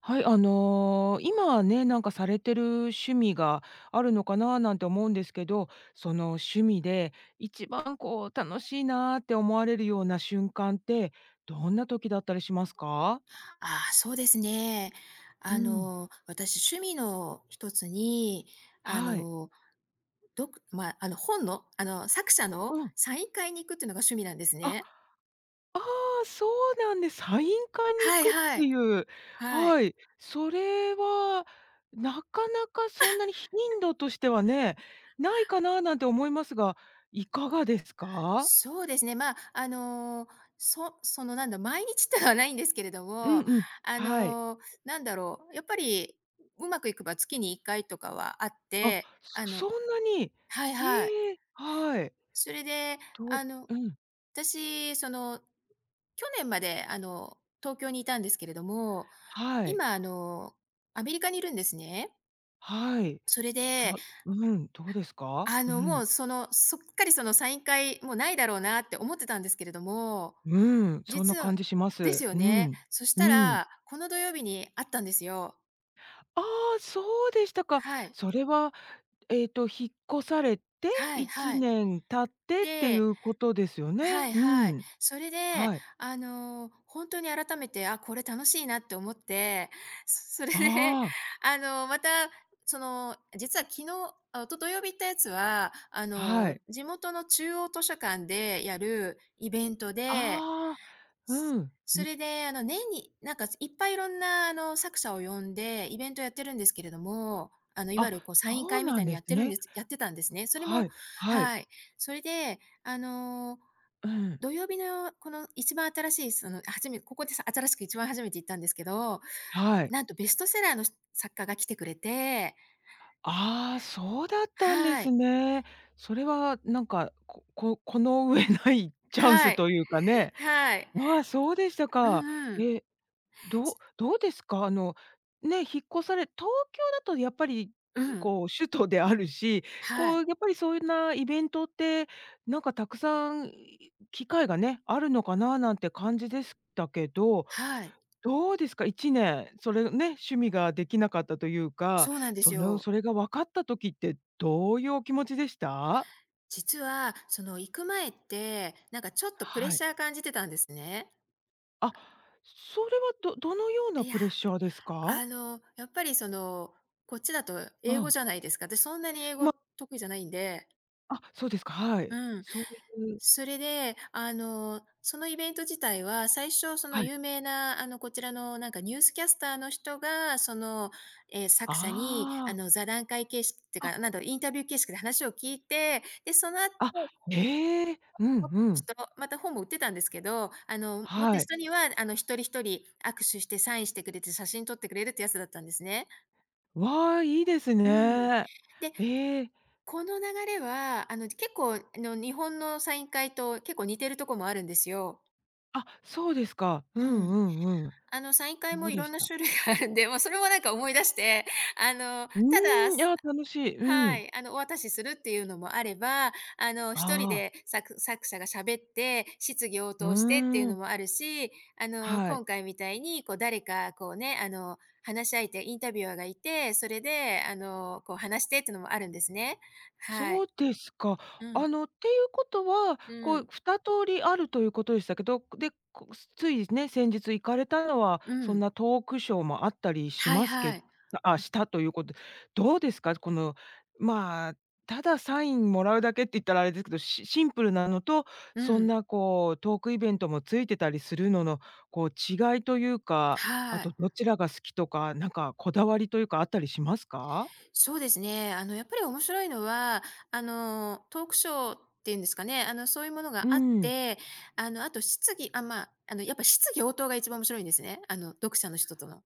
はい、今ね、なんかされてる趣味があるのかななんて思うんですけど、その趣味で一番こう楽しいなーって思われるような瞬間って、どんな時だったりしますか？ああ、そうですね。うん。私、趣味の一つに、あはい。の、どくまあ、あの、本の、作者のうん。サイン会に行くっていうのが趣味なんですあね。あ、そうなんでサイン会に行はいくっはてい。いう、はい。はい、それはなかなかそんなに頻度としてはね、ないかななんて思いますが、いかがですか？そうですね。まあ、あの、そその、なんだ、毎日ってのはないんですけれどうんも、うん、あはい。の、なんだろう、やっぱりうまくいけば月に1回とかはあっあ、て、あのそんなに。はいはい。ええ、はい。それで、どうあの、うん、私、去年まで、東京にいたんですけれども、はい、今、アメリカにいるんですね。はい。それで、だうん、どうですか？うもん、う、そっかりそのサイン会、もうないだろうなって思ってたんですけれども、うん、そん実なは感じしまですす。ようね。ん、そしうたん。ら、この土曜日にあったんですよ。ああ、そうでしたか。はい。それは、引っ越されてはい1はい。年経ってっていで、うことですよね？はいうはい。ん、それで、はい。ほんに改めて、あ、これ楽しいなって思って、それで、ああ、また、実は昨日あ、と土曜日行ったやつは、はい。地元の中央図書館でやるイベントで、ああ、うん、ん、それで、年になんか、いっぱいいろんな、作者を呼んでイベントやってるんですけれども、いわあ、ゆるこうサインそう会みなたんいにですね。やってたんですね。それもはい、はい、はい。それで、うん、土曜日のこの一番新しいここでさ新しく一番初めて行ったんですけど、はい。なんとベストセラーの作家が来てくれて、ああ、そうだったんではすい、ね。それはなんか、この上ないチャンはスい、というかね。はい。ああ、そうでしたうか。んうん。え、どうですか？ね、引っ越され東京だとやっぱり、うん。こう首都であるし、はこい、うやっぱりそういうなイベントって、なんかたくさん、機会がね、あるのかななんて感じでしたけど、はい。どうですか？1年、それね、趣味ができなかったというか、そうなんでそすの、よ。それが分かった時ってどういうお気持ちでした？実はその行く前って、なんかちょっとプレッはい。シャー感じてたんですね。あ、それはどのようないや、プレッシャーですか？やっぱりこっちだとう英語ん。じゃないですか。私そんなに英語得意じゃないんで。あ、そうですか、はい。うんそういうそれで、そのイベント自体は、最初、そのはい。有名な、こちらのなんかニュースキャスターの人が、作者に、ああ、座談会形式っていうか、あ、なんだろう、インタビュー形式で話を聞いて、で、そのあ、後、ええ、う持んってうるん。人、また本も売ってたんですけど、持ってるはい。人には、一人一人握手してサインしてくれて、写真撮ってくれるってやつだったんですね。わあ、いいですうん。ね。で、ええ、この流れは、結構、日本のサイン会と結構似てるとこもあるんですよ。あ、そうですか。ううんん。うんうん。サイン会どもういでろしんなた？種類があるんで、もうそれもなんか思い出して、うただ、ーん、いや、楽しい。うはん。い、お渡しするっていうのもあれば、一人あであ。作者が喋って、質疑応う答してっていうーのん、もあるし、はい。今回みたいに、こう、誰かこうね、話し相手、インタビュアーがいて、それで、こう、話してっていうのもあるんですね。はい。そうですか。うん。っていうことは、うこう2ん。通りあるということでしたけど、で、こついね、先日行かれたのは、うそんん。なトークショーもあったりしはいますはけい。あ、したということで、どうですか？この、まあ、ただサインもらうだけって言ったらあれですけど、シンプルなのと、うそんん。なこうトークイベントもついてたりするのの、こう違いというか、あはとい。どちらが好きとか、なんかこだわりというかあったりしますか？そうですね。やっぱり面白いのは、トークショーっていうんですかね、そういうものうがあっん。て、あの、あと質疑、あ、まあ、あの、やっぱ質疑応答が一番面白いんですね。読者の人との。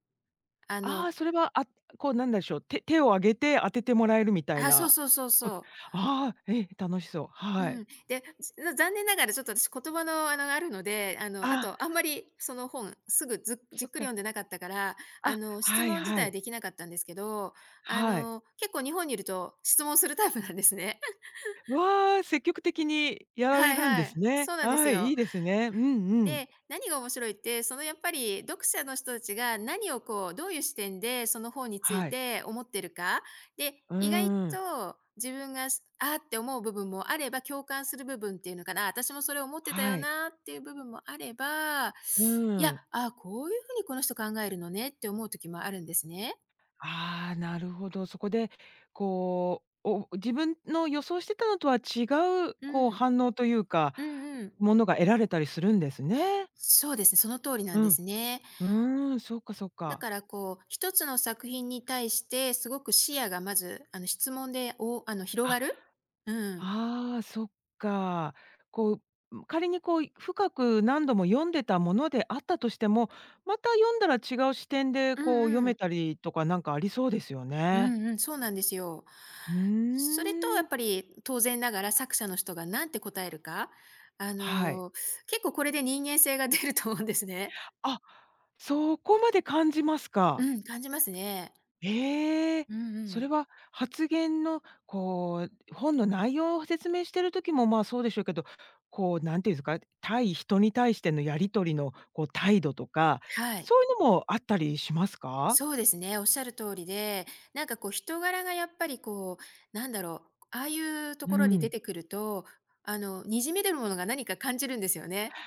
ああの、あ、それは、あ、こうなんでしょう、手を挙げて当ててもらえるみたいあ、そうな、そうそうこそう。ああ、え、楽しそう。うはい。ん。で、残念ながらちょっと私言葉の、あるので、ああとあんまりその本すぐずじっそっくり読か。んでなかったから、あ、質はい問自は体はい。できなかったんですけど、はい。結構日本にいると質問するタイプなんですね。わあ、積極的にやらはれいるんはですい。ね。そうなんですはい、よ。いいですね。うんうん。で、何が面白いって、そのやっぱり読者の人たちが何をこう、どういう視点でその本についはい。て思ってるか。で、う意外ーん。と自分が、ああって思う部分もあれば、共感する部分っていうのかな、私もそれ思ってたよはい。なっていう部分もあれば、ういーや、ん。ああ、こういうふうにこの人考えるのねって思う時もあるんですね。ああ、なるほど。そこで、こう、お自分の予想してたのとは違う、うこうん。反応というか、うんうん。ものが得られたりするんですね。そうですね、その通りなんうでん。すね。うーん、そっかそっだか。からこう、一つの作品に対してすごく視野がまず、質問で、おあの、広あ、がるうん。ああ、そっか。こう、仮にこう、深く何度も読んでたものであったとしても、また読んだら違う視点でうこう読んうめん。たりとかなんかありそうですようね。んうん、そうなんですよ。うそれとやーっん、ぱり当然ながら作者の人が何て答えるか、あはい。の、結構これで人間性が出ると思うんですね。あ、そこまで感じますうか。ん、感じますね。ええ、うんうそれん。は発言のこう、本の内容を説明してる時も、まあ、そうでしょうけど、こう、んていうんですか、対人に対してのやり取りのこう態度とか、はい。そういうのもあったりしますか？そうですね、おっしゃる通りで、なんかこう人柄がやっぱりこう、なんだろう、ああいうとうころに出ん。てくると、にじみ出るものが何か感じるんですよね。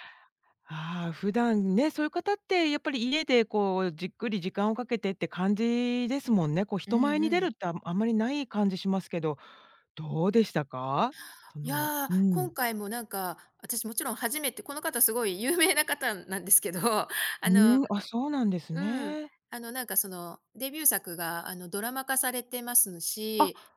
ああ、普段ね、そういう方ってやっぱり家でこうじっくり時間をかけてって感じですもんね。こうう人ん前にう出るん。ってああんまりない感じしますけど、どうでしたか？そいのやー、うん。今回もなんか、私もちろん初めて、この方すごい有名な方なんですけど、あのうん、あ、そうなんですうん、ね。なんかそのデビュー作がドラマ化されてますし、あ、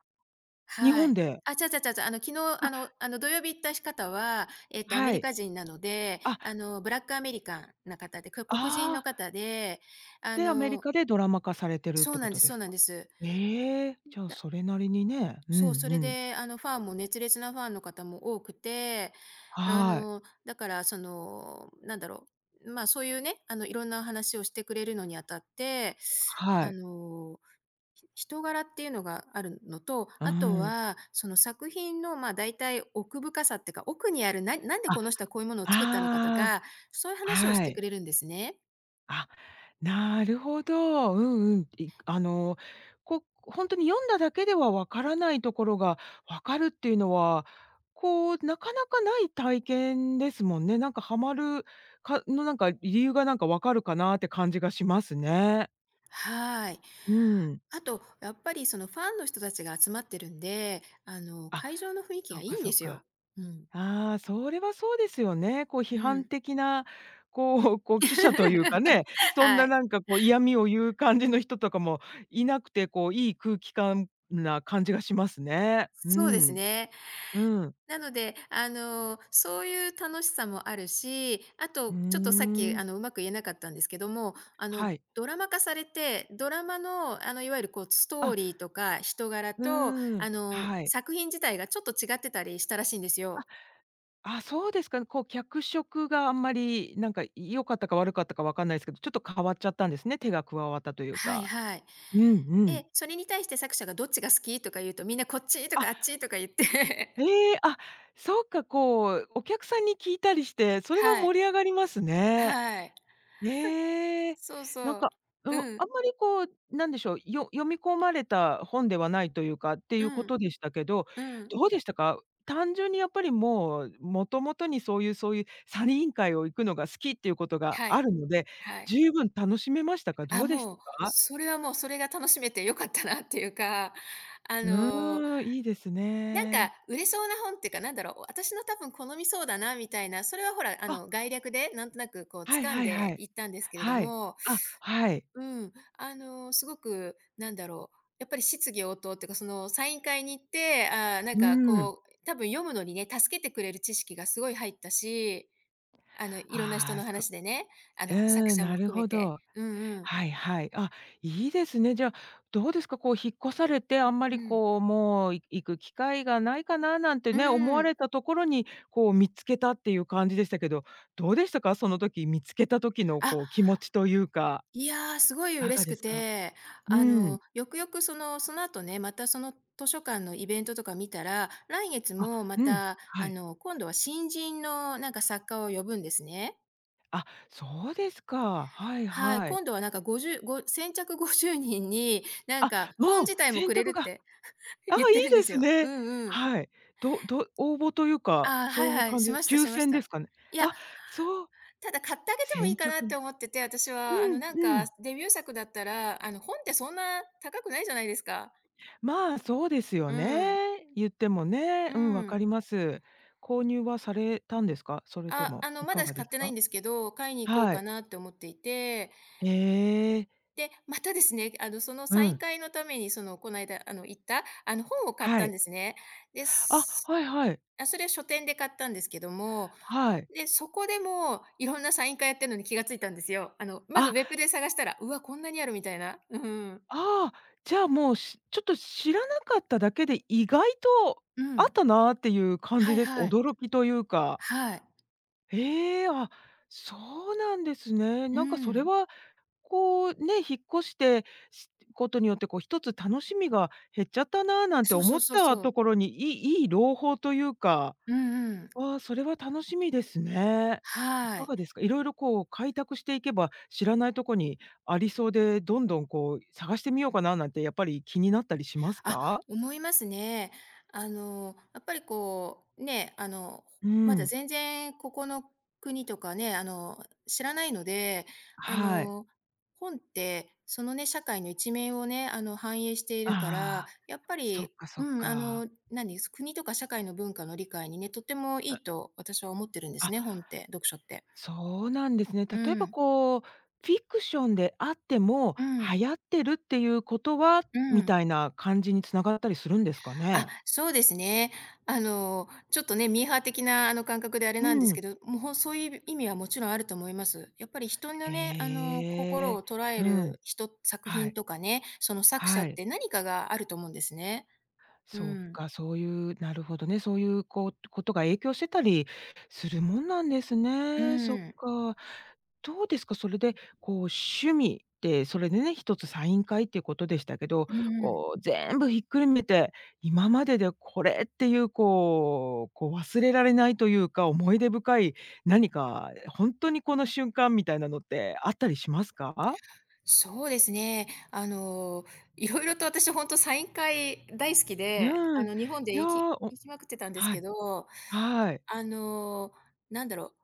日は本い。で？あ、ちゃうちゃうちゃう昨日、あ、土曜日行った方は、アメはリい。カ人なので、あ、ブラックアメリカンな方で、黒人のああ、方で、あで、アメリのカでドラマ化されてるっそうてこなんでとすでそすうなんか？です。ええ、じゃあ、だそれなりにね、うんうそう、それん。で、ファンも熱烈なファンの方も多くて、はい、だから、そういうね、いろんな話をしてくれるのにあたって、はあい。の人柄っていうのがあるのと、うあとーん。は、その作品の、大体奥深さっていうか、奥にある、なんであ、この人はこういうものを作ったのかとあか、そういうあ、話をしはてくい。れるんですね。あ、なるほど。うんうん。いこほんとに読んだだけでは分からないところが分かるっていうのは、こう、なかなかない体験ですもんね。なんかハマるかのなんか理由がなんか分かるかなって感じがしますね。はい。うん。あと、やっぱりそのファンの人たちが集まってるんで、あ、会場の雰囲気そがっいかいんそでっすよ。か。うん。ああ、それはそうですよね。こう批う判ん。的な、こうこう記者というかね、そんはない。なんかこう嫌味を言う感じの人とかもいなくて、こういい空気感な感じがしますね。うそうですん。ね。うん。なので、そういう楽しさもあるし、あと、うーちょっとさっき、ん。うまく言えなかったんですけども、はい。ドラマ化されて、ドラマの、いわゆるこう、ストーあ、リーとか人柄うと、ーん。はい。作品自体がちょっと違ってたりしたらしいんですよ。あ、そうですか。こう脚色があんまりなんか良かったか悪かったかわかんないですけど、ちょっと変わっちゃったんですね、手が加わったというはいか。はい。うんうん。で、それに対して作者がどっちが好きとか言うと、みんなこっちとあかあっちとか言って ええ、あ、そうか、こう、お客さんに聞いたりして、それははい。盛り上がりますね。はい。ええ、そうなんそう。か、うん、あうん。んまりこう、なんでしょう、よ読み込まれた本ではないというかっていううこん。とでしたけど、うん。どうでしたか？単純にやっぱりもう、もともとにそういうそういうサリ委員会を行くのが好きっていうことがはあい。るので、はい。十分楽しめましたか？どあ、うでしもたう、か？それはもう、それが楽しめて良かったなっていうか、あうの、ーん、いいですなんかね。売れそうな本っていうか、なんだろう、私の多分好みそうだなみたいな、それはほら、あ、概略でなんとなくこうはい掴んはいはでい。いったんですけれどはい。も、あ、はい。うん、すごくなんだろう、やっぱり質疑応答っていうか、そのサイン会に行って、あーなんうかん。こう、多分読むのにね、助けてくれる知識がすごい入ったし、いろんな人ああ、のそ話でね、作うん、者なもる含めほて。ど。うんうん。はいはい。あ、いいですね。じゃあ、どうですか、こう引っ越されて、あんまうりん。こう、もうい行く機会がないかななんてうね、思わん。れたところに、こう見つけたっていう感じでしたけど、どうでしたか？その時、見つけた時のあ、こう気持ちというか、いやー、すごいいか嬉がしでくすか？て、うん。よくよくその後ね、またその図書館のイベントとか見たら、来月あ、もまうん。た、はい。今度は新人のなんか作家を呼ぶんですね。あ、そうですか。はいはい、はい。今度は50ご先着50人に、あ、本もう、自体も選くれる択っがて ああ、い言ってるんいでですすよ。うね。んうん。はい。ど応募というか、ああ、はそういういはい、感しじでました抽しまし選でた。すかね。いや、あ、そう、ただ買ってあげてもいい先かなっ着てな思ってて、私うは、んうん。デビュー作だったら、本ってそんな高くないじゃないですか。まあ、そうですようん。ね。言ってもうね。うん、分かん。ります。購入はされたんですか？それとあ、もいまかだがで買っすてないんか？ですけど、買いに行こうはかい。なって思っていて、へえ。で、またですね、そのうサインん。会のために、こないだ、行った、本を買っはたんい。ですね。で、あ、すはいはい。あ、それは書店で買ったんですけども、はい。で、そこでもいろんなサイン会やってるのに気がついたんですよ。まずウあ、ェブで探したら、うわ、こんなにあるみたいな。うん。ああ、じゃあ、もう、しちょっと知らなかっただけで、意外とうあっん。たなっていう感はじいですか？はい。驚きというか。はい。ええ、あ、そうなんですね。うなんかそれん。は、こう、ね、引っ越して、しことによって、こう一つ楽しみが減っちゃったななんてそうそ思うっそうたそとう。ころに、いいいい朗報というか、うんうん。ああ、それは楽しみですね。いはかい。がですか？色々こう開拓していけば、知らないとこにありそうで、どんどんこう探してみようかななんてやっぱり気になったりしますあ、か？思いますね。やっぱりね、うまだん。全然ここの国とかね、知らないので、あはい。の、本ってね、社会の一面をね、反映しているから、ああ、やっぱそっり、かそっうん、か。何です、国とか社会の文化の理解にね、とてもいあ、いと私は思ってるんですあね、本って、読書って。そうなんですね。う例えばん、こう、フィクションであっても、うん、流行ってるっていうことは、うみん。たいな感じに繋がったりするんですかあ、ね？そうですね。ちょっとね、ミーハー的な感覚であれうなんですん。けど、もうそういう意味はもちろんあると思います。やっぱり人のね、へ心え。を捉えうん。る作は品い。とかね、その作者はっい。て何かがあると思うんですね。うそうん。か、そういう、なるほどね、そういうこうことが影響してたりするもんなんですうね。そっん。か。どうですか、それでこう趣味で、それでね、一つサイン会っていうことでしたけど、うんうん。こう全部ひっくるめて、今まででこれっていうこう、こう忘れられないというか、思い出深い何か、本当にこの瞬間みたいなのってあったりしますか？そうですね。いろいろと私本当サイン会大好きで、うん。い日本でや、行きお行きまくってたんですはけい、ど、はい。あの、なんだろう、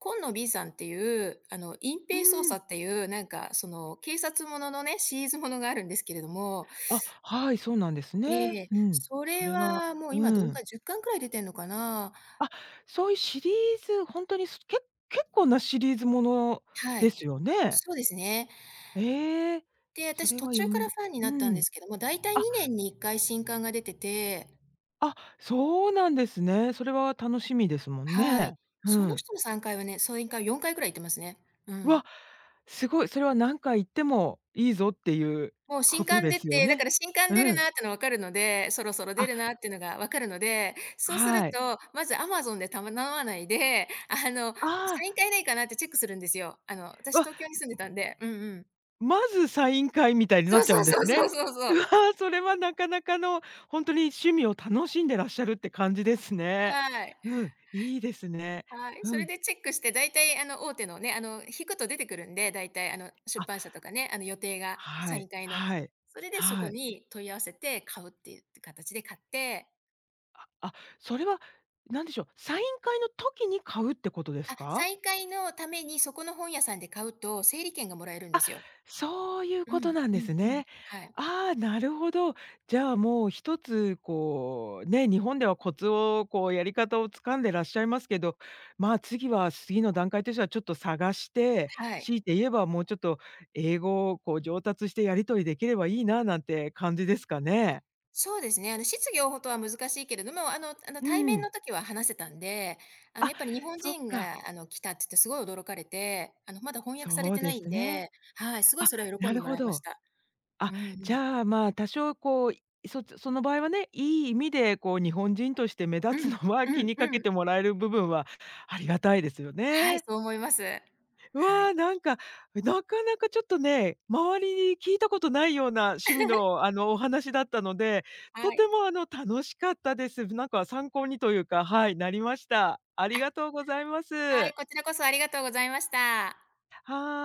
今野 B さんっていう、隠う蔽捜査ん。っていう、警察もののね、シリーズものがあるんですけれども、あ、はい、そうなんですえね。え、うん。そそれれははもう今うどんん。か10巻くらい出てんのかな。あ、そういうシリーズ、ほんとにすけ結構なシリーズものはでい。すよね。そうですね。ええ、で、そ私れ途は読中かみらごファンになうったんでん。すけども、だいたいあ、2年に1回新刊が出てて。あ、そうなんですね。それは楽しみですもんはね。い。そうのん。人の3回はね、そ3か4回ぐらい行ってますね。うん。わ、すごい、それは何回行ってもいいぞっていうもう新こと刊で出すよて、だかね。ら新刊出るうん。なっての分かるので、そろそろ出あ、るなっていうのが分かるので、そうするはい。と、まずアマゾンで頼まないで、ああ、3回ないかなってチェックするんですよ。私わ東京に住んでたんで。うんうん。まずサイン会みたいになそっうちゃそううんでそすうそうね。そうそうう。わ、それはなかなかの、ほんとに趣味を楽しんでらっしゃるって感じですね。はい。うん、いいですね。はい、そうれん。でチェックして、大体大手のね、引くと出てくるんで、大体出あ、版社とかね、予定が、はサインい、会の。はい、それでそはこい。に問い合わせて買うっていう形で買って、ああ、それは、なんでしょう、サイン会の時に買うってことであ、すサか？イン会のためにそこの本屋さんで買うと整理券がもらえるんであ、すよ。そういううことん、なんうでん、すうん。ね。はい、ああ、なるほど。じゃあ、もう一つこう、ね、日本ではコツをこうやり方を掴んでらっしゃいますけど、まあ、次は次の段階としてはちょっと探して、はい。強いて言えばもうちょっと英語をこう上達してやり取りできればいいななんて感じですかね。そうですね、質疑応答は難しいけれども、あのう対面ん。の時は話せたんで、あ、やっぱり日本そっ人か、が来たって言ってすごい驚かれて、まだ翻訳されそうてなでいすんね。で、はい、すごいあ、それは喜なんでるもほらいましど。た。あ、うんうじん。ゃあ、まあ、多少こう、いその場合はね、いい意味でこう日本人として目うん。立つのはう気んにかうけん。てもらえる部分はありがたいですよはい、ね。そう思います。うはい。わ、なんか、なかなかちょっとね、周りに聞いたことないような趣味の、お話だったので、はとい。てもあの、楽しかったです。なんか参考にというか、はい、なりました。ありあ、がとうございます。はい、はこちらこそありがとうございました。い。